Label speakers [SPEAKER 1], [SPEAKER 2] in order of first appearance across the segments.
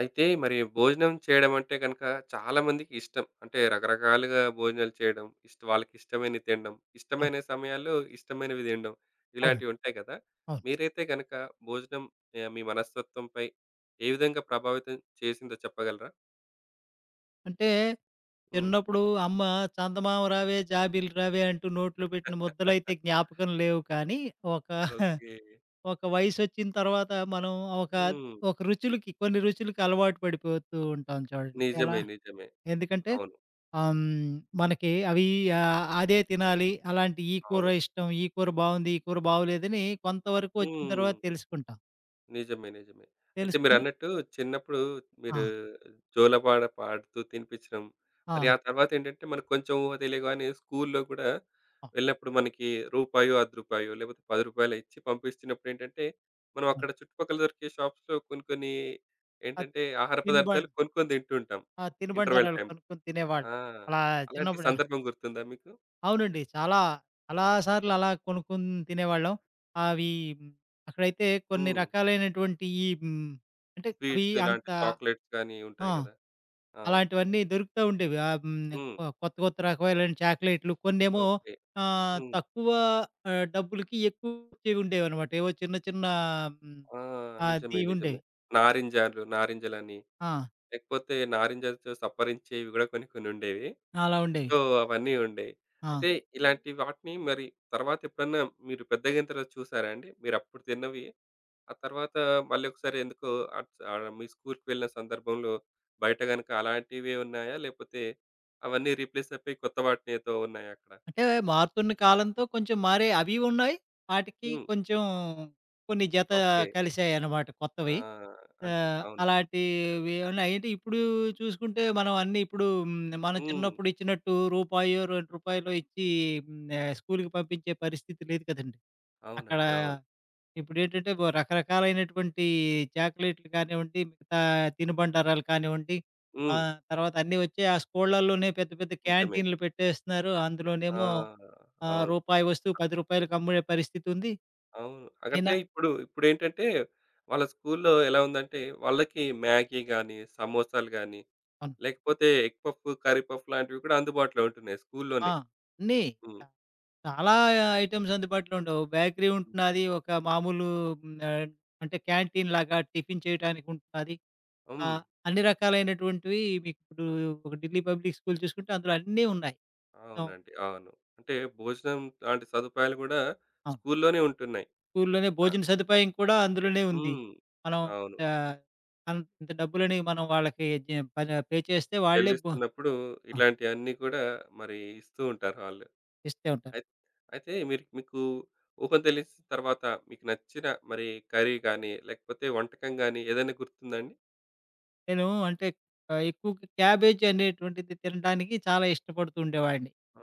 [SPEAKER 1] అయితే మరి భోజనం చేయడం అంటే గనక చాలా మందికి ఇష్టం. అంటే రకరకాలుగా భోజనాలు చేయడం, ఇష్ట వాళ్ళకిష్టమైనవి తినడం,
[SPEAKER 2] అవును.
[SPEAKER 1] ఇష్టమైన సమయాల్లో ఇష్టమైనవి తినడం
[SPEAKER 2] అవునండి.
[SPEAKER 1] ఇలాంటివి ఉంటాయి కదా!
[SPEAKER 2] అవును.
[SPEAKER 1] మీరైతే గనక భోజనం మీ మనస్తత్వంపై ఏ విధంగా ప్రభావితం చేసిందో చెప్పగలరా?
[SPEAKER 2] అంటే,
[SPEAKER 1] హ్మ్.
[SPEAKER 2] చిన్నప్పుడు అమ్మ చందమామ రావే, జాబిల్లి రావే అంటూ నోట్లో పెట్టిన ముద్దలైతే జ్ఞాపకం లేవు కానీ, ఒక
[SPEAKER 1] ఓకే.
[SPEAKER 2] ఒక వయసొచ్చిన తర్వాత మనం ఒక
[SPEAKER 1] హ్మ్.
[SPEAKER 2] ఒక రుచులకి, కొన్ని రుచులకి అలవాటు పడిపోతూ ఉంటాం చూడండి.
[SPEAKER 1] నిజమే. నిజమే.
[SPEAKER 2] ఎందుకంటే
[SPEAKER 1] అవును.
[SPEAKER 2] ఆహ్, హ్మ్, మనకి అవి అదే తినాలి, అలాంటి ఈ కూర
[SPEAKER 1] అవును.
[SPEAKER 2] ఇష్టం, ఈ కూర బావుంది, ఈ కూర బాగోలేదని కొంతవరకు వచ్చిన
[SPEAKER 1] హ్మ్.
[SPEAKER 2] తర్వాత తెలుసుకుంటాం.
[SPEAKER 1] నిజమే. నిజమే. అయితే
[SPEAKER 2] తెలుసుకొని
[SPEAKER 1] మీరన్నట్టు చిన్నప్పుడు మీరు
[SPEAKER 2] ఆ!
[SPEAKER 1] జోలపాట పాడుతూ తినిపించడం,
[SPEAKER 2] ఆ!
[SPEAKER 1] మరి ఆ తర్వాతేంటంటే మనకు కొంచెం ఊహ తెలియగానే స్కూల్‌లో కూడా
[SPEAKER 2] ఆ!
[SPEAKER 1] వెళ్ళినప్పుడు మనకి రూపాయో, ₹10 లేకపోతే ₹10 ఇచ్చి పంపిస్తున్నప్పుడేంటంటే, మనం
[SPEAKER 2] అవును.
[SPEAKER 1] అక్కడ చుట్టుపక్కల దొరికే షాప్స్‌లో కొన్ని కొన్ని
[SPEAKER 2] ఆ
[SPEAKER 1] ఏంటంటే ఆహార పదార్థాలు
[SPEAKER 2] తినుబండ్
[SPEAKER 1] కొనుక్కొని తింటూ ఉంటాం
[SPEAKER 2] ఆ!
[SPEAKER 1] ఇంటర్వెల్
[SPEAKER 2] తినుబండారాలు
[SPEAKER 1] టైమ్‌లో.
[SPEAKER 2] కొనుక్కొని తినేవాళ్ళు.
[SPEAKER 1] ఆ!
[SPEAKER 2] అలా
[SPEAKER 1] అలాంటి
[SPEAKER 2] చిన్నప్పుడే
[SPEAKER 1] సందర్భం గుర్తుందా మీకు?
[SPEAKER 2] అవునండి. చాలా, చాలా సార్లు అలా కొనుక్కొని తినేవాళ్ళం. అవి హ్మ్, అక్కడైతే కొన్ని
[SPEAKER 1] హ్మ్.
[SPEAKER 2] రకాలైనటువంటి అంటే అవి
[SPEAKER 1] స్వీట్స్ ఇలాంటి
[SPEAKER 2] అంత
[SPEAKER 1] చాక్లెట్స్ గాని
[SPEAKER 2] ఆ!
[SPEAKER 1] ఉంటాయి కదా! ఆ!
[SPEAKER 2] అలాంటివన్నీ దొరుకుతా ఉండేవి.
[SPEAKER 1] హ్మ్.
[SPEAKER 2] కొత్త, కొత్త రకమైన చాక్లెట్‌లు కొన్నేమో
[SPEAKER 1] ఓకే. హ్మ్.
[SPEAKER 2] తక్కువ డబ్బులకి ఎక్కువచ్చేవి ఉండేవనమాట. ఏవో చిన్న, చిన్న హ్మ్,
[SPEAKER 1] ఆ! నిజమే.
[SPEAKER 2] అది
[SPEAKER 1] నిజమే.
[SPEAKER 2] ఉండేవి.
[SPEAKER 1] నారింజలు, నారింజలని
[SPEAKER 2] ఆ!
[SPEAKER 1] లేకపోతే నారింజలతో సప్పరించేవి గూడా కొన్ని కొన్నుండేవి.
[SPEAKER 2] అలా ఉండేవి.
[SPEAKER 1] సో, అవన్నీ ఉండేవి.
[SPEAKER 2] ఆ!
[SPEAKER 1] అయితే ఇలాంటి వాటిని మరి తర్వాత ఎప్పుడన్నా మీరు పెద్దగయిన తర్వాత చూసారా అండి? మీరప్పుడు తిన్నవి, ఆ తర్వాత మళ్ళీ ఒకసారి ఎందుకో అట్ మీ స్కూలుకి వెళ్ళిన సందర్భంలో బయట గనుక అలాంటివే ఉన్నాయా? లేపోతే అవన్నీ రీప్లేస్ అయిపోయి కొత్త వాటినితో ఉన్నాయా అక్కడ?
[SPEAKER 2] అంటే మారుతున్న కాలంతో కొంచెం మారాయి. అవి ఉన్నాయి. ఆటికి
[SPEAKER 1] హ్మ్.
[SPEAKER 2] కొంచెం కొన్ని జత
[SPEAKER 1] ఓకే.
[SPEAKER 2] కలిసాయన్నమాట
[SPEAKER 1] ఆ!
[SPEAKER 2] కొత్తవి.
[SPEAKER 1] అంటే అవును.
[SPEAKER 2] అలాంటివి ఉన్నాయి. అంటే ఇప్పుడు చూసుకుంటే మనం అన్నీ ఇప్పుడు. మనం
[SPEAKER 1] హ్మ్.
[SPEAKER 2] చిన్నప్పుడు ఇచ్చినట్టు రూపాయో, రూ. 2 ఇచ్చి స్కూలుకి పంపించే పరిస్థితి లేదు కదండీ. అక్కడ
[SPEAKER 1] అవునండి. అవును.
[SPEAKER 2] ఇప్పుడేంటంటే రకరకాలైనటువంటి చాక్లెట్‌లు కానివ్వండి, మిగతా తినుబండారాలు కానివ్వండి, ఆ!
[SPEAKER 1] హ్మ్.
[SPEAKER 2] తర్వాత అన్నీ వచ్చాయి. ఆ స్కూళ్ళల్లోనే పెద్ద పెద్ద
[SPEAKER 1] నిజమే.
[SPEAKER 2] క్యాంటీన్‌లు పెట్టేస్తున్నారు.
[SPEAKER 1] ఆ!
[SPEAKER 2] అందులోనేమో ఆ!
[SPEAKER 1] అవును.
[SPEAKER 2] రూపాయి వస్తువు రూ. 10కి అమ్ముడే పరిస్థితుంది.
[SPEAKER 1] అవును. అంటే
[SPEAKER 2] అయినా
[SPEAKER 1] ఇప్పుడేంటంటే వాళ్ళ స్కూల్లో ఎలా ఉందంటే వాళ్ళకి మ్యాగీ గాని, సమోసాలు గాని,
[SPEAKER 2] అవును.
[SPEAKER 1] లేకపోతే ఎగ్ పఫ్, కర్రీ పఫ్ లాంటివి కూడా అందుబాటులో ఉంటున్నాయి
[SPEAKER 2] ఆ!
[SPEAKER 1] స్కూల్లోనే.
[SPEAKER 2] అన్నీ
[SPEAKER 1] హ్మ్.
[SPEAKER 2] చా చాలా ఐటెమ్స్ అందుబాటులో ఉండవు. బేకరీ ఉంటున్నాది. ఒక మామూలు హ్మ్, ఆహ్, అంటే క్యాంటీన్‌లాగా టిఫిన్ చేయడానికి ఉంటున్నాది.
[SPEAKER 1] హ్మ్.
[SPEAKER 2] అన్ని రకాలైనటువంటివి మీకిప్పుడు ఒక ఢిల్లీ పబ్లిక్ స్కూల్ చూసుకుంటే అందులో అన్నీ ఉన్నాయి. అవును.
[SPEAKER 1] అవునండి. అవును. అంటే భోజనం లాంటి సదుపాయాలు కూడా
[SPEAKER 2] అవును.
[SPEAKER 1] స్కూల్లోనే ఉంటున్నాయి.
[SPEAKER 2] స్కూల్లోనే
[SPEAKER 1] ఆ!
[SPEAKER 2] భోజన సదుపాయం కూడా అందులోనే ఉంది.
[SPEAKER 1] హ్మ్.
[SPEAKER 2] మనం
[SPEAKER 1] అవును.
[SPEAKER 2] ఆహ్, ఇంత డబ్బులని మనం వాళ్ళకి జ ప పే చేస్తే వాళ్ళే భో
[SPEAKER 1] చెల్లిస్తున్నప్పుడు
[SPEAKER 2] ఆ!
[SPEAKER 1] ఇలాంటియన్నీ కూడా మరి ఇస్తూ ఉంటారు వాళ్ళు.
[SPEAKER 2] ఇస్తే ఉంటారు.
[SPEAKER 1] అయి అయితే మీరు మీకు ఊహ తెలిసిన తర్వాత మీకు నచ్చిన మరి కర్రీ గానీ, లేకపోతే వంటకం గానీ ఏదైనా గుర్తుందాండి?
[SPEAKER 2] నేను అంటే ఎక్కువ క్యాబేజ్ అనేటువంటిది తినడానికి చాలా ఇష్టపడుతూ ఉండేవాడిని.
[SPEAKER 1] ఆ!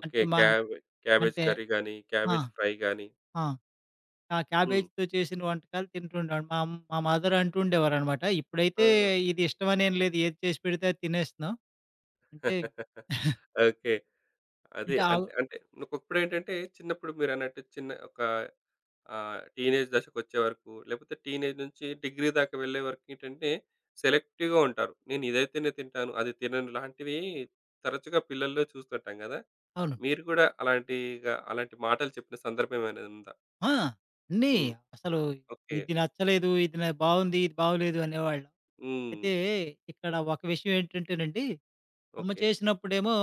[SPEAKER 1] ఓకే.
[SPEAKER 2] అంటే మా
[SPEAKER 1] క్యాబేజ్
[SPEAKER 2] అంటే
[SPEAKER 1] కర్రీ గానీ,
[SPEAKER 2] ఆ!
[SPEAKER 1] క్యాబేజ్ ఫ్రై గానీ.
[SPEAKER 2] ఆ! ఆ
[SPEAKER 1] హ్మ్.
[SPEAKER 2] క్యాబేజ్‌తో చేసిన వంటకాలు తింటుండేవాడిని. మా మదర్ అంటూ ఉండేవారనమాట. ఇప్పుడైతే
[SPEAKER 1] ఆ!
[SPEAKER 2] ఇది ఇష్టమనేం లేదు. ఏది చేసి పెడితే అది తినేస్తున్నాం. అంటే
[SPEAKER 1] ఓకే. అదే
[SPEAKER 2] అంటే
[SPEAKER 1] అంటే అంటే ఒకప్పుడేంటంటే చిన్నప్పుడు మీరన్నట్టు చిన్న ఒక టీనేజ్ దశకొచ్చే వరకు, లేకపోతే టీనేజ్ నుంచి డిగ్రీ దాకా వెళ్ళే వరకేంటంటే సెలెక్టివ్‌గా ఉంటారు. నేను ఇదైతేనే తింటాను, అది తినను లాంటివి తరచుగా పిల్లల్లో చూస్తుంటాం గదా!
[SPEAKER 2] అవును.
[SPEAKER 1] మీరు కూడా అలాంటిగా అలాంటి మాటలు చెప్పిన సందర్భం ఏమైనా ఉందా?
[SPEAKER 2] ఆ! అన్నీ
[SPEAKER 1] హ్మ్.
[SPEAKER 2] అసలు
[SPEAKER 1] ఓకే.
[SPEAKER 2] ఇది నచ్చలేదు, ఇది న బావుంది, ఇది బాగోలేదు అనేవాళ్ళం.
[SPEAKER 1] హ్మ్.
[SPEAKER 2] అయితే ఇక్కడ ఒక విషయం ఏంటంటేనండి, అమ్మ
[SPEAKER 1] ఓకే.
[SPEAKER 2] చేసినప్పుడేమో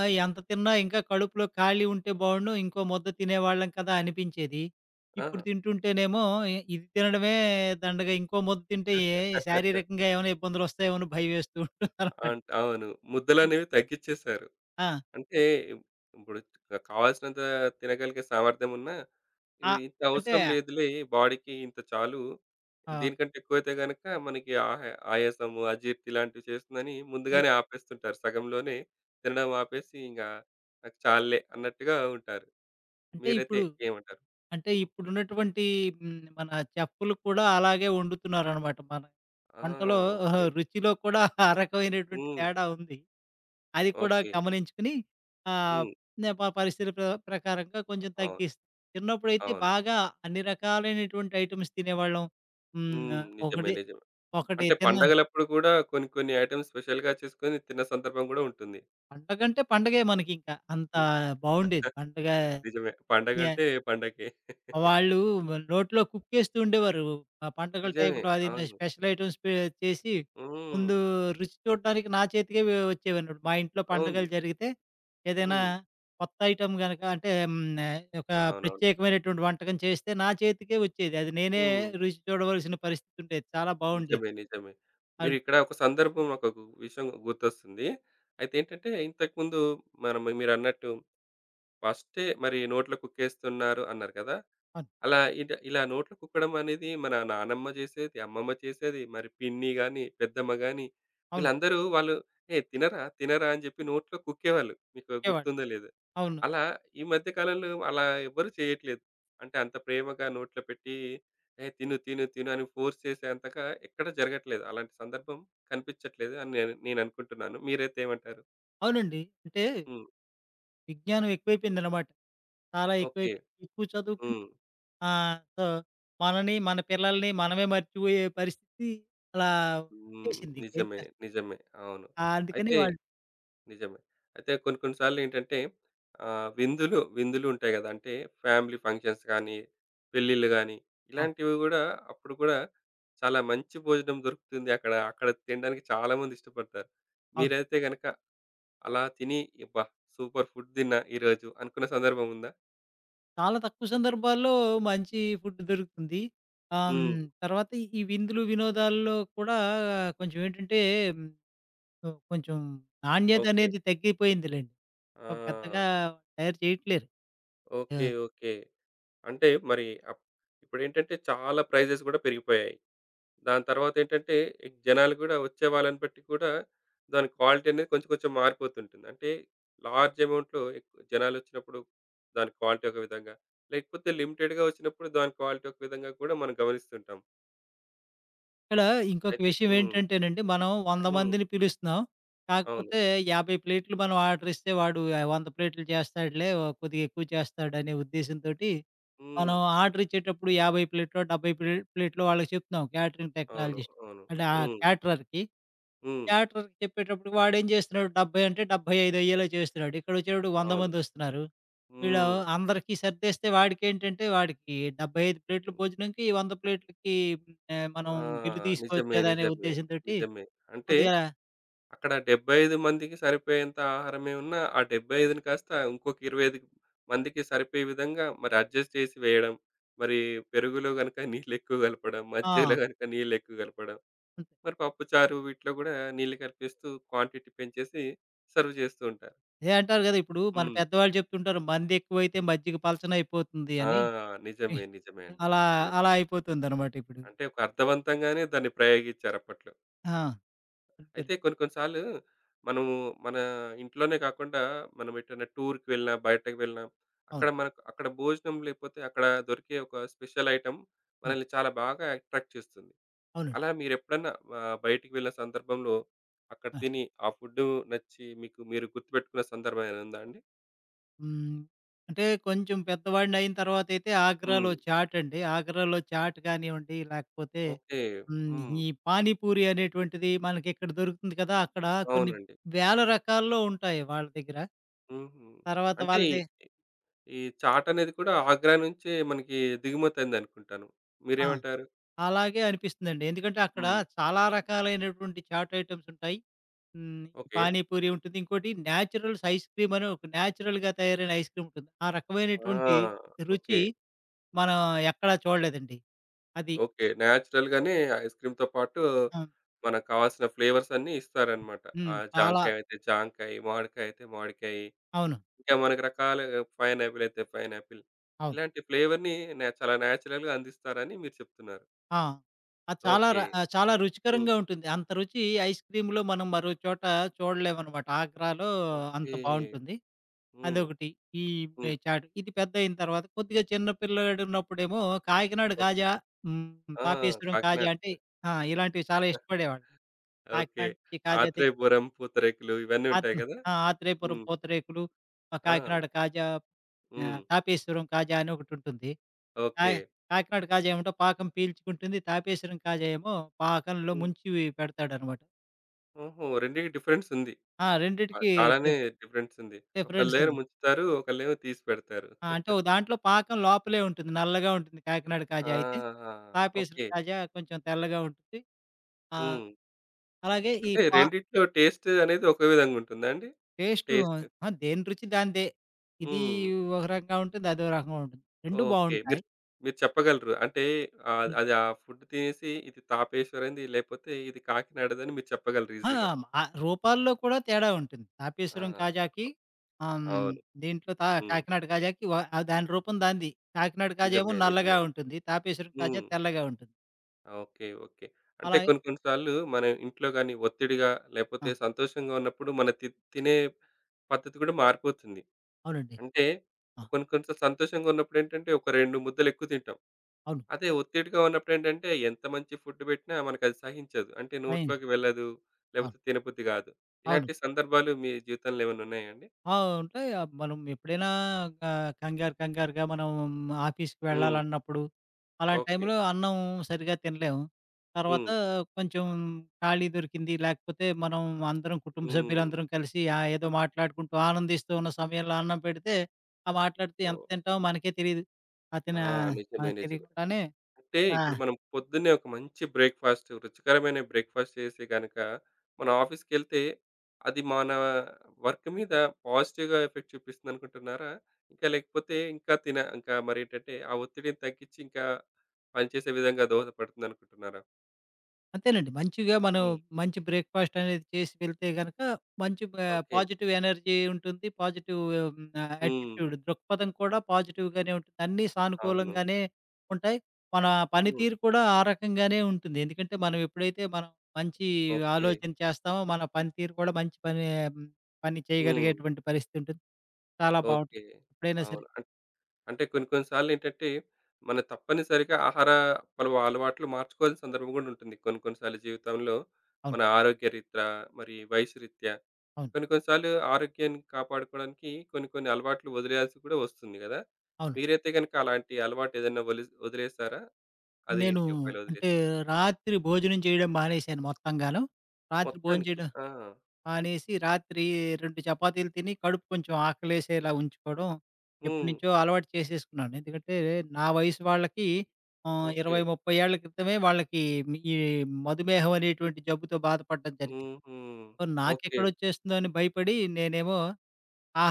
[SPEAKER 2] ఎంత తిన్నా ఇంకా కడుపులో ఖాళీ ఉంటే బావుండు. ఇంకో ముద్ద తినేవాళ్ళం కదా అనిపించేది.
[SPEAKER 1] ఆ!
[SPEAKER 2] ఇప్పుడు తింటుంటేనేమో ఇది తినడమే దండగ. ఇంకో ముద్ద తింటే శారీరకంగా ఏమైనా ఇబ్బందులొస్తాయేమో అని భయమేస్తూ ఉంటుందనమాట.
[SPEAKER 1] అవును.
[SPEAKER 2] అయి
[SPEAKER 1] ముద్దలనేవి తగ్గిచ్చేశారు.
[SPEAKER 2] ఆ!
[SPEAKER 1] అంటే ఇప్పుడు కావాల్సినంత తినగలిగే సామర్థ్యం ఉన్నా,
[SPEAKER 2] ఆ!
[SPEAKER 1] ఇవి ఇంత
[SPEAKER 2] అంటే
[SPEAKER 1] అవసరం లేదులే బాడీకి ఇంత చాలు.
[SPEAKER 2] ఆహ్,
[SPEAKER 1] దీనికంటే ఎక్కువైతే గనక మనకి ఆయాసము, అజీర్తి ఇలాంటివి చేస్తుందని
[SPEAKER 2] అయి
[SPEAKER 1] ముందుగానే ఆపేస్తుంటారు. సగంలోనే తినడం ఆపేసి ఇంక నాకు చాలులే అన్నట్టుగా ఉంటారు.
[SPEAKER 2] అంటే
[SPEAKER 1] మీరైతే
[SPEAKER 2] ఇప్పుడు
[SPEAKER 1] ఏమంటారు?
[SPEAKER 2] అంటే
[SPEAKER 1] హ్మ్.
[SPEAKER 2] ఇప్పుడున్నటువంటి మన చెఫ్‌లు కూడా అలాగే వండుతున్నారనమాట. మన
[SPEAKER 1] ఆ!
[SPEAKER 2] వంటలో ఆ,
[SPEAKER 1] ఓకే.
[SPEAKER 2] రుచిలో కూడా ఆ రకమైనటువంటి
[SPEAKER 1] హ్మ్.
[SPEAKER 2] తేడా ఉంది. అది కూడా
[SPEAKER 1] ఓకే.
[SPEAKER 2] గమనించుకుని ఆహ్,
[SPEAKER 1] హ్మ్.
[SPEAKER 2] నే ప పరిస్థితి ప్రకారంగా కొంచెం
[SPEAKER 1] అవును.
[SPEAKER 2] చిన్నప్పుడైతే
[SPEAKER 1] అవును.
[SPEAKER 2] బాగా అన్ని రకాలైనటువంటి ఐటెమ్స్ తినేవాళ్ళం. హ్మ్.
[SPEAKER 1] హ్మ్. నిజమే.
[SPEAKER 2] ఒకటి,
[SPEAKER 1] నిజమే.
[SPEAKER 2] ఒకటి
[SPEAKER 1] అంటే
[SPEAKER 2] తిన్న
[SPEAKER 1] పండగలప్పుడు కూడా కొన్ని కొన్ని ఐటెమ్స్ స్పెషల్‌గా చేసుకొని తిన్న సందర్భం గూడా ఉంటుంది.
[SPEAKER 2] పండగంటే పండగే మనకింక. అంత
[SPEAKER 1] హ్మ్.
[SPEAKER 2] బావుండేది. పండగ
[SPEAKER 1] నిజమే.
[SPEAKER 2] య
[SPEAKER 1] పండగంటే పండగే.
[SPEAKER 2] వాళ్ళు నోట్లో కుక్కేస్తూ ఉండేవారు. ఆ పండగల
[SPEAKER 1] నిజమే.
[SPEAKER 2] టైంలో అది
[SPEAKER 1] అవును.
[SPEAKER 2] స్పెషల్ ఐటెమ్స్ పె చేసి
[SPEAKER 1] హ్మ్.
[SPEAKER 2] ముందు రుచి చూడడానికి నా చేతికే వచ్చేవన్నమాట. మా ఇంట్లో
[SPEAKER 1] అవును.
[SPEAKER 2] పండగలు జరిగితే ఏదైనా
[SPEAKER 1] హ్మ్.
[SPEAKER 2] కొత్త ఐటెమ్ గనక అంటే ఒక
[SPEAKER 1] అవునవును.
[SPEAKER 2] ప్రత్యేకమైనటువంటి వంటకం చేస్తే నా చేతికే వచ్చేది. అది నేనే
[SPEAKER 1] హ్మ్.
[SPEAKER 2] రుచి చూడవలసిన పరిస్థితి ఉండేది. చాలా బావుండేది.
[SPEAKER 1] నిజమే. నిజమే.
[SPEAKER 2] అవును.
[SPEAKER 1] మీరిక్కడ ఒక సందర్భం నాకొక విషయం గుర్తొస్తుంది. అయితే ఏంటంటే ఇంతకుముందు మనం మీరన్నట్టు ఫస్టే మరి నోట్లో కుక్కేస్తున్నారు అన్నారు కదా!
[SPEAKER 2] అవును.
[SPEAKER 1] అలా ఇలా నోట్లో కుక్కడం అనేది మన నానమ్మ చేసేది, అమ్మమ్మ చేసేది, మరి పిన్ని గాని, పెద్దమ్మ గాని
[SPEAKER 2] అవును.
[SPEAKER 1] వీళ్ళందరూ వాళ్ళు "ఏయ్! తినరా, తినరా" అని చెప్పి నోట్లో కుక్కేవాళ్ళు. మీకు
[SPEAKER 2] ఇచ్చేవాళ్ళు.
[SPEAKER 1] గుర్తుందో లేదో.
[SPEAKER 2] అవును.
[SPEAKER 1] అలా ఈ మధ్య కాలంలో అలా ఎవ్వరు చేయట్లేదు. అంటే అంత ప్రేమగా నోట్లో పెట్టి "ఏయ్! తిను, తిను, తిను" అని ఫోర్స్ చేసేంతగా ఎక్కడ జరగట్లేదు. అలాంటి సందర్భం కనిపించట్లేదు అని నేననుకుంటున్నాను. మీరైతే ఏమంటారు?
[SPEAKER 2] అవునండి. అంటే
[SPEAKER 1] హ్మ్.
[SPEAKER 2] విజ్ఞానం ఎక్కువైపోయిందనమాట. చాలా
[SPEAKER 1] ఓకే.
[SPEAKER 2] ఎక్కువైపోయింది. ఎక్కువ చదువుకుని
[SPEAKER 1] హ్మ్.
[SPEAKER 2] ఆ! సో, మనని, మన పిల్లల్ని మనమే మర్చిపోయే పరిస్థితి అలా
[SPEAKER 1] హ్మ్.
[SPEAKER 2] వచ్చేసింది. ఏం
[SPEAKER 1] నిజమే.
[SPEAKER 2] చేస్తాం?
[SPEAKER 1] నిజమే. అవును.
[SPEAKER 2] అందుకని
[SPEAKER 1] అయితే
[SPEAKER 2] వాళ్ళు
[SPEAKER 1] నిజమే. అయితే కొన్ని కొన్ని సార్లేంటంటే విందులు, విందులు ఉంటాయి గదా! అంటే ఫ్యామిలీ ఫంక్షన్స్ గానీ, పెళ్ళిళ్ళు గానీ,
[SPEAKER 2] ఆ!
[SPEAKER 1] ఇలాంటివి గూడా అప్పుడు గూడా చాలా మంచి భోజనం దొరుకుతుంది అక్కడ. అక్కడ తినడానికి చాలా మంది ఇష్టపడతారు.
[SPEAKER 2] అవును.
[SPEAKER 1] మీరైతే గనక అలా తిని అబ్బా! సూపర్ ఫుడ్ తిన్నా ఈరోజు అనుకున్న సందర్భం ఉందా?
[SPEAKER 2] చాలా తక్కువ సందర్భాల్లో మంచి ఫుడ్ దొరుకుతుంది. ఆహ్,
[SPEAKER 1] హ్మ్.
[SPEAKER 2] హ్మ్, తర్వాత ఈ ఈ విందులు, వినోదాల్లో కూడా కొంచెం ఏంటంటే, హ్మ్, కొంచెం
[SPEAKER 1] ఓకే.
[SPEAKER 2] నాణ్యతనేది తగ్గిపోయిందిలెండి.
[SPEAKER 1] ఆ!
[SPEAKER 2] పెద్దగా తయారు చేయట్లేరు. ఆ!
[SPEAKER 1] ఓకే. ఓకే. అంటే మరి అప్ ఇప్పుడేంటంటే చాలా ప్రైజెస్ గూడా పెరిగిపోయాయి. దాని తర్వాతేంటంటే జనాలు గూడా వచ్చే వాళ్ళని బట్టి కూడా దాని క్వాలిటీ అనేది కొంచెం కొంచెం మారిపోతుంటుంది. అంటే లార్జ్ అమౌంట్‌లో ఎక్కువ జనాలొచ్చినప్పుడు దాని క్వాలిటీ ఒక విధంగా, లేకపోతే లిమిటెడ్‌గా వచ్చినప్పుడు దాని క్వాలిటీ ఒక విధంగా కూడా మనం గమనిస్తుంటాం.
[SPEAKER 2] ఇక్కడ ఇంకొక
[SPEAKER 1] అయితే
[SPEAKER 2] విషయం
[SPEAKER 1] హ్మ్.
[SPEAKER 2] ఏంటంటేనండి, మనం 100
[SPEAKER 1] హ్మ్.
[SPEAKER 2] మందిని పిలుస్తున్నాం.
[SPEAKER 1] అవును.
[SPEAKER 2] కాకపోతే 50 ప్లేట్లు మనం ఆర్డర్ ఇస్తే వాడు 100 ప్లేట్లు చేస్తాడులే ఓ, కొద్దిగా ఎక్కువ చేస్తాడనే ఉద్దేశంతోటి,
[SPEAKER 1] హ్మ్.
[SPEAKER 2] మనం ఆర్డర్ ఇచ్చేటప్పుడు 50 ప్లేటో, 70 ప్లేటో వాళ్ళకి చెప్తున్నాం క్యాటరింగ్
[SPEAKER 1] అవును.
[SPEAKER 2] టెక్నాలజిస్ట్
[SPEAKER 1] అవును.
[SPEAKER 2] అంటే ఆ
[SPEAKER 1] హ్మ్.
[SPEAKER 2] క్యాటరర్‌కి.
[SPEAKER 1] హ్మ్.
[SPEAKER 2] క్యాటరర్‌కి చెప్పేటప్పుడు వాడేం చేస్తున్నాడు 70 అంటే 75 అయ్యేలా చేస్తున్నాడు. ఇక్కడొచ్చేటప్పుడు 100
[SPEAKER 1] అవును.
[SPEAKER 2] మందొస్తున్నారు. వీడు
[SPEAKER 1] హ్మ్.
[SPEAKER 2] అందరికీ సర్దేస్తే వాడికేంటంటే వాడికి 75 ప్లేట్‌ల భోజనంకి 100 ప్లేట్‌లకి మనం
[SPEAKER 1] ఆ!
[SPEAKER 2] బిల్లు తీసుకోవచ్చు
[SPEAKER 1] నిజమే.
[SPEAKER 2] కదా! అనే
[SPEAKER 1] నిజమే.
[SPEAKER 2] ఉద్దేశ్యంతోటి
[SPEAKER 1] నిజమే. అంటే
[SPEAKER 2] కొద్దిగా
[SPEAKER 1] అక్కడ 75 మందికి సరిపోయేంత ఆహారమే ఉన్నా, ఆ 75ని కాస్త ఇంకొక 25 మందికి సరిపోయే విధంగా మరి అడ్జస్ట్ చేసి వేయడం. మరి పెరుగులో గనుక నీళ్ళెక్కువ కలపడం, మజ్జిగలో
[SPEAKER 2] ఆ!
[SPEAKER 1] గనుక నీళ్ళెక్కువ కలపడం,
[SPEAKER 2] అంతే.
[SPEAKER 1] మరి పప్పు చారు వీటిలో గూడా నీళ్ళు కలిపేస్తూ క్వాంటిటీ పెంచేసి సర్వ్ చేస్తూ ఉంటారు.
[SPEAKER 2] అదే అంటారు కదా! ఇప్పుడు మన
[SPEAKER 1] హ్మ్.
[SPEAKER 2] పెద్దవాళ్ళు చెప్తుంటారు మందెక్కువైతే మజ్జిగ పలచనయిపోతుంది
[SPEAKER 1] ఆ!
[SPEAKER 2] అని.
[SPEAKER 1] నిజమే. నిజమే అండి.
[SPEAKER 2] అలా
[SPEAKER 1] నిజమే.
[SPEAKER 2] అలా అయిపోతుందనమాట ఇప్పుడు.
[SPEAKER 1] అంటే ఒక అర్థవంతంగానే దాన్ని ప్రయోగించారప్పట్లో.
[SPEAKER 2] ఆ!
[SPEAKER 1] అయితే
[SPEAKER 2] అంతేనండి.
[SPEAKER 1] కొన్ని కొన్ని సార్లు మనము మన ఇంట్లోనే కాకుండా మనం ఎటైనా టూర్‌కి వెళ్ళినా, బయటకి వెళ్ళినా అక్కడ
[SPEAKER 2] అవును.
[SPEAKER 1] మనకు అక్కడ భోజనం లేకపోతే అక్కడ దొరికే ఒక స్పెషల్ ఐటెమ్
[SPEAKER 2] హ్మ్.
[SPEAKER 1] మనల్ని చాలా బాగా అట్రాక్ట్ చేస్తుంది.
[SPEAKER 2] అవునండి.
[SPEAKER 1] అలా మీరెప్పుడన్నా బయటికి వెళ్ళిన సందర్భంలో అక్కడ
[SPEAKER 2] ఆ!
[SPEAKER 1] తిని ఆ ఫుడ్ నచ్చి మీకు మీరు గుర్తుపెట్టుకున్న సందర్భం ఏమైనా ఉందా అండి?
[SPEAKER 2] హ్మ్. అంటే కొంచెం పెద్దవాడినయిన తర్వాతయితే ఆగ్రాలో
[SPEAKER 1] హ్మ్.
[SPEAKER 2] చాట్ అండి. ఆగ్రాలో చాట్ కానివ్వండి, లేకపోతే
[SPEAKER 1] ఓకే.
[SPEAKER 2] హ్మ్.
[SPEAKER 1] హ్మ్.
[SPEAKER 2] ఈ పానీపూరి అనేటువంటిది మనకిక్కడ దొరుకుతుంది కదా! అక్కడ కొన్ని
[SPEAKER 1] అవునండి.
[SPEAKER 2] వేల రకాల్లో ఉంటాయి వాళ్ళ దగ్గర.
[SPEAKER 1] హుహు.
[SPEAKER 2] తర్వాత
[SPEAKER 1] అంటే ఈ
[SPEAKER 2] వాళ్ళది
[SPEAKER 1] ఈ చాట్ అనేది కూడా ఆగ్రా నుంచే మనకి దిగుమతయిందనుకుంటాను.
[SPEAKER 2] ఆ!
[SPEAKER 1] మీరేమంటారు?
[SPEAKER 2] అలాగే అనిపిస్తుందండి. ఎందుకంటే అక్కడ
[SPEAKER 1] హ్మ్.
[SPEAKER 2] చాలా రకాలైనటువంటి చాట్ ఐటెమ్స్ ఉంటాయి. హ్మ్.
[SPEAKER 1] ఓకే.
[SPEAKER 2] పానీపూరి ఉంటుంది. ఇంకోటి నేచురల్స్ ఐస్ క్రీమ్ అని ఒక నేచురల్‌గా తయారైన ఐస్ క్రీమ్ ఉంటుంది. ఆ
[SPEAKER 1] ఆ!
[SPEAKER 2] రకమైనటువంటి
[SPEAKER 1] ఓకే.
[SPEAKER 2] రుచి మనం ఎక్కడా చూడలేదండి. అది.
[SPEAKER 1] ఓకే. నేచురల్‌గానే ఐస్ క్రీమ్‌తో పాటు
[SPEAKER 2] ఆ!
[SPEAKER 1] మనకు కావాల్సిన ఫ్లేవర్స్ అన్నీ ఇస్తారనమాట. ఆ
[SPEAKER 2] హ్మ్.
[SPEAKER 1] జాంకాయ అయితే జాంకాయ, మామిడికాయ అయితే మామిడికాయ,
[SPEAKER 2] అవును.
[SPEAKER 1] ఇంకా మనకు రకాలుగా పైనాపిల్ అయితే పైనాపిల్.
[SPEAKER 2] అవును.
[SPEAKER 1] ఇలాంటి ఫ్లేవర్‌ని నే చాలా నేచురల్‌గా అందిస్తారని మీరు చెప్తున్నారు.
[SPEAKER 2] ఆ! అది చాలా
[SPEAKER 1] ఓకే.
[SPEAKER 2] చాలా
[SPEAKER 1] హ్మ్.
[SPEAKER 2] రుచికరంగా ఉంటుంది. అంత రుచి ఐస్ క్రీమ్‌లో మనం మరో చోట చూడలేమనమాట. ఆగ్రాలో అంత
[SPEAKER 1] ఓకే.
[SPEAKER 2] బావుంటుంది.
[SPEAKER 1] హ్మ్.
[SPEAKER 2] అదొకటి. ఈ పే
[SPEAKER 1] హ్మ్.
[SPEAKER 2] చాట్ ఇది పెద్దయిన తర్వాత కొద్దిగా చిన్న పిల్లాడున్నప్పుడేమో కాకినాడ
[SPEAKER 1] ఓకే.
[SPEAKER 2] కాజా, హ్మ్.
[SPEAKER 1] ఆ!
[SPEAKER 2] తాపేశ్వరం కాజా
[SPEAKER 1] కాకినాడ.
[SPEAKER 2] అంటే ఆ! ఇలాంటివి చాలా ఇష్టపడేవాళ్ళం.
[SPEAKER 1] ఓకే.
[SPEAKER 2] కాకినాడ నుంచి కాజా తెచ్చి
[SPEAKER 1] ఆత్రేయపురం పూతరేకులు ఇవన్నీ
[SPEAKER 2] ఆత్
[SPEAKER 1] ఉంటాయి కదా!
[SPEAKER 2] ఆ! ఆత్రేయపురం
[SPEAKER 1] హ్మ్.
[SPEAKER 2] పూతరేకులు, ఆ
[SPEAKER 1] ఆ!
[SPEAKER 2] కాకినాడ కాజా,
[SPEAKER 1] హ్మ్.
[SPEAKER 2] తాపేశ్వరం కాజా అని ఒకటుంటుంది.
[SPEAKER 1] ఓకే.
[SPEAKER 2] కాయ్ కాకినాడ కాజేయమేంటో పాకం పీల్చుకుంటుంది. తాపేశ్వరం కాజేయేమో పాకంలో
[SPEAKER 1] హ్మ్.
[SPEAKER 2] ముంచి పెడతాడనమాట.
[SPEAKER 1] ఓహో! రెండిటికి డిఫరెన్స్ ఉంది.
[SPEAKER 2] ఆ!
[SPEAKER 1] ఆ!
[SPEAKER 2] రెండిటికి
[SPEAKER 1] చాలానే
[SPEAKER 2] డిఫ్
[SPEAKER 1] డిఫరెన్స్ ఉంది. ఒకళ్ళేమో
[SPEAKER 2] డిఫరెన్సుంది.
[SPEAKER 1] ముంచుతారు. ఒకళ్ళేమో తీసి పెడతారు.
[SPEAKER 2] ఆ! అంటే ఒక దాంట్లో పాకం లోపలే ఉంటుంది. నల్లగా ఉంటుంది కాకినాడ కాజా అయితే.
[SPEAKER 1] ఆహా!
[SPEAKER 2] తాపేశ్వరం
[SPEAKER 1] ఓకే.
[SPEAKER 2] కాజా కొంచెం తెల్లగా ఉంటుంది. ఆ!
[SPEAKER 1] హ్మ్.
[SPEAKER 2] అలాగే ఈ
[SPEAKER 1] అంటే
[SPEAKER 2] పా
[SPEAKER 1] రెండిట్లో టేస్ట్ అనేది ఒకే విధంగా ఉంటుందా అండి?
[SPEAKER 2] Taste
[SPEAKER 1] taste.
[SPEAKER 2] ఆ! దేని రుచి దానిదే. ఇది
[SPEAKER 1] హ్మ్.
[SPEAKER 2] ఒక రకంగా ఉంటుంది. అదో రకంగా ఉంటుంది. 2
[SPEAKER 1] ఓకే. మీరు
[SPEAKER 2] బావుంటాయి.
[SPEAKER 1] మీరు చెప్పగలరు. అంటే అది ఆ ఫుడ్ తినేసి ఇది తాపేశ్వరంది లేకపోతే ఇది కాకినాడదని మీరు చెప్పగలరు
[SPEAKER 2] ఆ!
[SPEAKER 1] ఈజీగా.
[SPEAKER 2] ఆ రూపాల్లో కూడా తేడా ఉంటుంది. తాపేశ్వరం
[SPEAKER 1] ఆ!
[SPEAKER 2] కాజాకి ఆహ్, హ్మ్,
[SPEAKER 1] అవును.
[SPEAKER 2] దీంట్లో తా
[SPEAKER 1] హ్మ్.
[SPEAKER 2] కాకినాడ కాజాకి దాని రూపం దానిది. కాకినాడ కాజా ఏమో
[SPEAKER 1] నిజమే.
[SPEAKER 2] నల్లగా
[SPEAKER 1] నిజమే.
[SPEAKER 2] ఉంటుంది. తాపేశ్వరం కాజా
[SPEAKER 1] హ్మ్.
[SPEAKER 2] తెల్లగా ఉంటుంది.
[SPEAKER 1] ఓకే. ఓకే. అంటే
[SPEAKER 2] అలాగే
[SPEAKER 1] కొన్ని కొన్ని సార్లు మనం ఇంట్లో గాని ఒత్తిడిగా లేపోతే
[SPEAKER 2] ఆ!
[SPEAKER 1] సంతోషంగా ఉన్నప్పుడు మన తినే పద్ధతి కూడా మారిపోతుంది.
[SPEAKER 2] అవునండి.
[SPEAKER 1] అంటే
[SPEAKER 2] ఆ!
[SPEAKER 1] కొన్ని కొన్ని సార్లు సంతోషంగా ఉన్నప్పుడేంటంటే ఒక 2 ముద్దలెక్కువ తింటాం.
[SPEAKER 2] అవును.
[SPEAKER 1] అదే ఒత్తిడిగా ఉన్నప్పుడేంటంటే ఎంత మంచి ఫుడ్ పెట్టినా మనకది సహించదు. అంటే
[SPEAKER 2] సాయం చే
[SPEAKER 1] నోట్లోకి వెళ్ళదు. లేపోతే
[SPEAKER 2] అవును.
[SPEAKER 1] తినబుద్ధి గాదు.
[SPEAKER 2] అవును.
[SPEAKER 1] ఇలాంటి సందర్భాలు మీ జీవితంలో ఏమైనా ఉన్నాయా అండి?
[SPEAKER 2] ఆ! ఉంటాయి. మనం ఎప్పుడైనా క కంగారు కంగారుగా మనం ఆఫీస్‌కి
[SPEAKER 1] హ్మ్.
[SPEAKER 2] వెళ్ళాలన్నప్పుడు, అలాంటి
[SPEAKER 1] ఓకే.
[SPEAKER 2] టైంలో అన్నం సరిగ్గా తినలేము. తర్వాత
[SPEAKER 1] హ్మ్.
[SPEAKER 2] కొంచెం ఖాళీ దొరికింది. లేకపోతే మనం కుటుంబ
[SPEAKER 1] హ్మ్.
[SPEAKER 2] సభ్యులందరం కలిసి ఏదో మాట్లాడుకుంటూ ఆనందిస్తూ ఉన్న సమయంలో అన్నం పెడితే, ఆ మాట్లాడితే ఎంత
[SPEAKER 1] ఓహ్!
[SPEAKER 2] తింటామో మనకే తెలీదు. ఆ తిన
[SPEAKER 1] ఆ! నిజమే.
[SPEAKER 2] మనకు
[SPEAKER 1] నిజమే.
[SPEAKER 2] తెలియకుండానే
[SPEAKER 1] అంటే
[SPEAKER 2] ఆ!
[SPEAKER 1] ఇప్పుడు మనం పొద్దున్నే ఒక మంచి బ్రేక్‌ఫాస్ట్, రుచికరమైన బ్రేక్‌ఫాస్ట్ చేసి గనక మన ఆఫీస్‌కెళ్తే అది మన వర్క్ మీద పాజిటివ్‌గా ఎఫెక్ట్ చూపిస్తుందనుకుంటున్నారా? ఇంకా లేకపోతే ఇంకా తిన ఇంకా మరేంటంటే ఆ ఒత్తిడిని తగ్గించి ఇంకా పనిచేసే విధంగా దోహదపడుతుందనుకుంటున్నారా?
[SPEAKER 2] అంతేనండి. మంచిగా మనం
[SPEAKER 1] హ్మ్.
[SPEAKER 2] మంచి బ్రేక్‌ఫాస్ట్ అనేది చేసి వెళ్తే గనక మంచి
[SPEAKER 1] ఓకే.
[SPEAKER 2] పాజిటివ్ ఎనర్జీ ఉంటుంది.
[SPEAKER 1] హ్మ్.
[SPEAKER 2] యాటిట్యూడ్ దృక్పథం కూడా పాజిటివ్‌గానే ఉంటుంది. అన్నీ
[SPEAKER 1] అవును.
[SPEAKER 2] సానుకూలంగానే ఉంటాయి. మన
[SPEAKER 1] హ్మ్.
[SPEAKER 2] పనితీరు కూడా ఆ రకంగానే ఉంటుంది. ఎందుకంటే మనం ఎప్పుడైతే మనం మంచి
[SPEAKER 1] ఓకే.
[SPEAKER 2] ఆలోచన చేస్తామో మన పనితీరు కూడా మంచి పని హ్మ్. పని
[SPEAKER 1] హ్మ్.
[SPEAKER 2] చేయగలిగేటువంటి పరిస్థితి ఉంటుంది. చాలా
[SPEAKER 1] ఓకే.
[SPEAKER 2] బావుంటుంది. ఎప్పుడైనా సరే.
[SPEAKER 1] అవును. అంటే కొన్ని కొన్ని సార్లు ఏంటంటే, మన తప్పనిసరిగా ఆహార అలవాట్లు మార్చుకోవాల్సిన సందర్భం గూడా ఉంటుంది. కొన్ని కొన్ని సార్లు జీవితంలో
[SPEAKER 2] అవును.
[SPEAKER 1] మన ఆరోగ్యరీత్యా, మరి వయసు రీత్యా
[SPEAKER 2] అవును.
[SPEAKER 1] కొన్ని కొన్ని సార్లు ఆరోగ్యాన్ని కాపాడుకోవడానికి కొన్ని కొన్ని అలవాట్లు వదిలేయాల్సి కూడా వస్తుంది గదా!
[SPEAKER 2] అవును.
[SPEAKER 1] మీరైతే గనుక అలాంటి అలవాటు ఏదైనా వదిలేసారా?
[SPEAKER 2] నేను
[SPEAKER 1] అదేంటి ఒకవేళ
[SPEAKER 2] అంటే
[SPEAKER 1] వదిలేస్తే?
[SPEAKER 2] రాత్రి భోజనం చేయడం మానేశాను మొత్తంగాను. రాత్రి
[SPEAKER 1] మొత్తానికి.
[SPEAKER 2] భోంచేయడం
[SPEAKER 1] ఆ!
[SPEAKER 2] మానేసి రాత్రి 2 చపాతీలు తిని కడుపు కొంచెం ఆకలేసేలా ఉంచుకోవడం
[SPEAKER 1] హ్మ్.
[SPEAKER 2] ఎప్పటినుంచో అలవాటు చేసేసుకున్నాను. ఎందుకంటే నా వయసు వాళ్ళకి
[SPEAKER 1] ఓకే.
[SPEAKER 2] 20, 30 ఏళ్ల క్రితమే వాళ్ళకి ఈ మధుమేహం అనేటువంటి జబ్బుతో బాధపడడం జరిగింది.
[SPEAKER 1] హుహు.
[SPEAKER 2] So,
[SPEAKER 1] okay.
[SPEAKER 2] నాకెక్కడొచ్చేస్తుందో అని భయపడి నేనేమో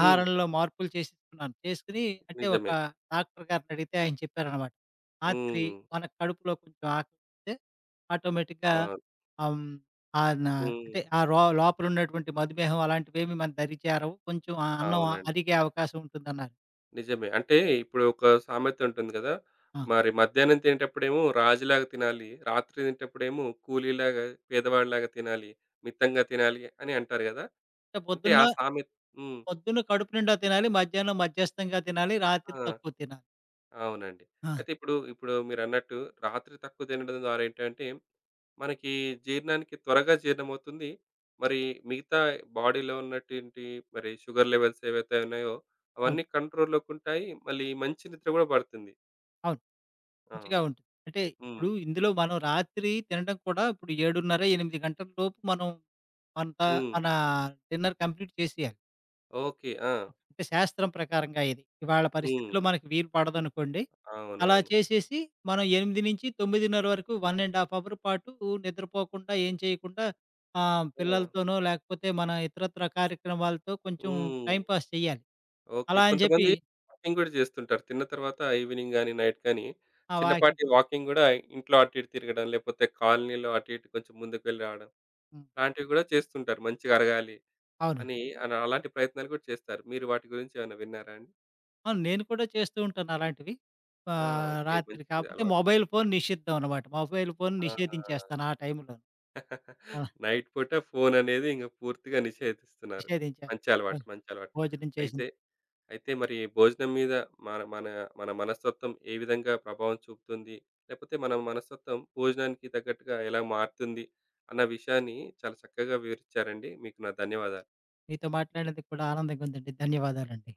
[SPEAKER 1] హ్మ్.
[SPEAKER 2] మార్పులు చేసేసుకున్నాను. చేసుకొని అంటే ఒక
[SPEAKER 1] నిజమే.
[SPEAKER 2] డాక్టర్ గారిని అడిగితే ఆయన చెప్పారనమాట. రాత్రి
[SPEAKER 1] హ్మ్.
[SPEAKER 2] మన కడుపులో కొంచెం ఆకలిస్తే ఆటోమేటిక్‌గా
[SPEAKER 1] అవును.
[SPEAKER 2] ఆహ్, హ్మ్, ఆహ్, న
[SPEAKER 1] హ్మ్.
[SPEAKER 2] అంటే ఆ ర లోపల ఉన్నటువంటి మధుమేహం అలాంటివేమి మన దరి చేరవు. కొంచెం ఆ అన్నం
[SPEAKER 1] అవునండి.
[SPEAKER 2] అరిగే అవకాశం ఉంటుందన్నారు.
[SPEAKER 1] నిజమే. అంటే ఇప్పుడు ఒక సామెత ఉంటుంది గదా!
[SPEAKER 2] ఆ!
[SPEAKER 1] మరి మధ్యాహ్నం తినేటప్పుడేమో రాజులాగా తినాలి. రాత్రి తినేటప్పుడేమో కూలీలాగా, పేదవాడిలాగా తినాలి. మితంగా తినాలి అని అంటారు గదా!
[SPEAKER 2] అంటే
[SPEAKER 1] అంటే ఆ
[SPEAKER 2] పొద్దున్న
[SPEAKER 1] సామెత హ్మ్.
[SPEAKER 2] పొద్దున్న కడుపు నిండా తినాలి. మధ్యాహ్నం మధ్యస్థంగా తినాలి. రాత్రి
[SPEAKER 1] ఆ!
[SPEAKER 2] తక్కువ తినాలి.
[SPEAKER 1] అవునండి.
[SPEAKER 2] ఆ!
[SPEAKER 1] అయితే ఇప్పుడు మీరన్నట్టు రాత్రి తక్కువ తినడం ద్వారా ఏంటంటే, మనకి జీర్ణానికి త్వరగా జీర్ణమవుతుంది. మరి మిగతా బాడీలో ఉన్నటువంటి మరి షుగర్ లెవెల్స్ ఏవైతే ఉన్నాయో,
[SPEAKER 2] అవును.
[SPEAKER 1] అవన్నీ కంట్రోల్‌లోకి ఉంటాయి. మళ్ళీ మంచి నిద్ర గూడా పడుతుంది.
[SPEAKER 2] అవును. మంచిగా
[SPEAKER 1] అవును.
[SPEAKER 2] ఉంటుంది. అంటే
[SPEAKER 1] హ్మ్.
[SPEAKER 2] ఇప్పుడు ఇందులో మనం రాత్రి తినడం కూడా ఇప్పుడు 7:30, 8 గంటల లోపు మనం అంత
[SPEAKER 1] హ్మ్.
[SPEAKER 2] మన డిన్నర్ కంప్లీట్ చేసేయాలి.
[SPEAKER 1] ఓకే. ఆ!
[SPEAKER 2] అంటే శాస్త్రం ప్రకారంగా ఇది. ఇవాళ
[SPEAKER 1] హ్మ్.
[SPEAKER 2] పరిస్థితిలో మనకి వీలు పడదనుకోండి. అలా
[SPEAKER 1] అవునవును.
[SPEAKER 2] చేసేసి మనం 8-9:30 వరకు 1 ½ అవర్ పాటు నిద్రపోకుండా ఏం చేయకుండా
[SPEAKER 1] ఆ!
[SPEAKER 2] పిల్లలతోనో లేకపోతే మన ఇతరత్ర కార్యక్రమాలతో కొంచెం
[SPEAKER 1] హ్మ్.
[SPEAKER 2] టైమ్ పాస్ చేయాలి.
[SPEAKER 1] ఓకే.
[SPEAKER 2] అలా అని చెప్పి
[SPEAKER 1] కొంతమంది వాకింగ్ గూడా జేస్తుంటారు. తిన్న తర్వాత ఈవినింగ్ గాని, నైట్ గాని
[SPEAKER 2] ఆ! వాకింగ్
[SPEAKER 1] చిన్నపాటి వాకింగ్ గూడా ఇంట్లో అటు ఇటు తిరగడం, లేకపోతే కాలనీలో అటు ఇటు కొంచెం ముందుకు వెళ్ళి రావడం
[SPEAKER 2] హ్మ్.
[SPEAKER 1] లాంటివి గూడా చేస్తుంటారు. మంచిగా అరగాలి
[SPEAKER 2] అవునండి.
[SPEAKER 1] అని అలా అలాంటి ప్రయత్నాలు గూడా చేస్తారు. మీరు వాటి గురించి ఏమైనా విన్నారా అండి?
[SPEAKER 2] ఆ! నేను కూడా చేస్తూ ఉంటాను అలాంటివి.
[SPEAKER 1] ఆ! ఓకే.
[SPEAKER 2] రాత్రి
[SPEAKER 1] మంచి
[SPEAKER 2] కాకపోతే
[SPEAKER 1] అలవాటు.
[SPEAKER 2] మొబైల్ ఫోన్ నిషిద్ధం అనమాట. మొబైల్ ఫోన్
[SPEAKER 1] ఆ!
[SPEAKER 2] నిషేధించేస్తాను ఆ టైంలో. అలా
[SPEAKER 1] నైట్ పూట ఫోన్ అనేది ఇంక పూర్తిగా నిషేధిస్తున్నారు.
[SPEAKER 2] నిషేధించేస్తాను.
[SPEAKER 1] మంచి అలవాటు,
[SPEAKER 2] భోజనం
[SPEAKER 1] మంచి అలవాటు.
[SPEAKER 2] భోజనం చేసిన
[SPEAKER 1] అయితే,
[SPEAKER 2] తర్వాత.
[SPEAKER 1] అయితే మరి భోజనం మీద మన మన మన మనస్తత్వం ఏ విధంగా ప్రభావం చూపుతుంది? లేకపోతే మన మనస్తత్వం భోజనానికి తగ్గట్టుగా ఎలా మారుతుంది? అన్న విషయాన్ని చాలా చక్కగా వివరించారండి. మీకు నా ధన్యవాదాలు.
[SPEAKER 2] మీతో మాట్లాడినందుకు కూడా ఆనందంగా ఉందండి. ధన్యవాదాలండి.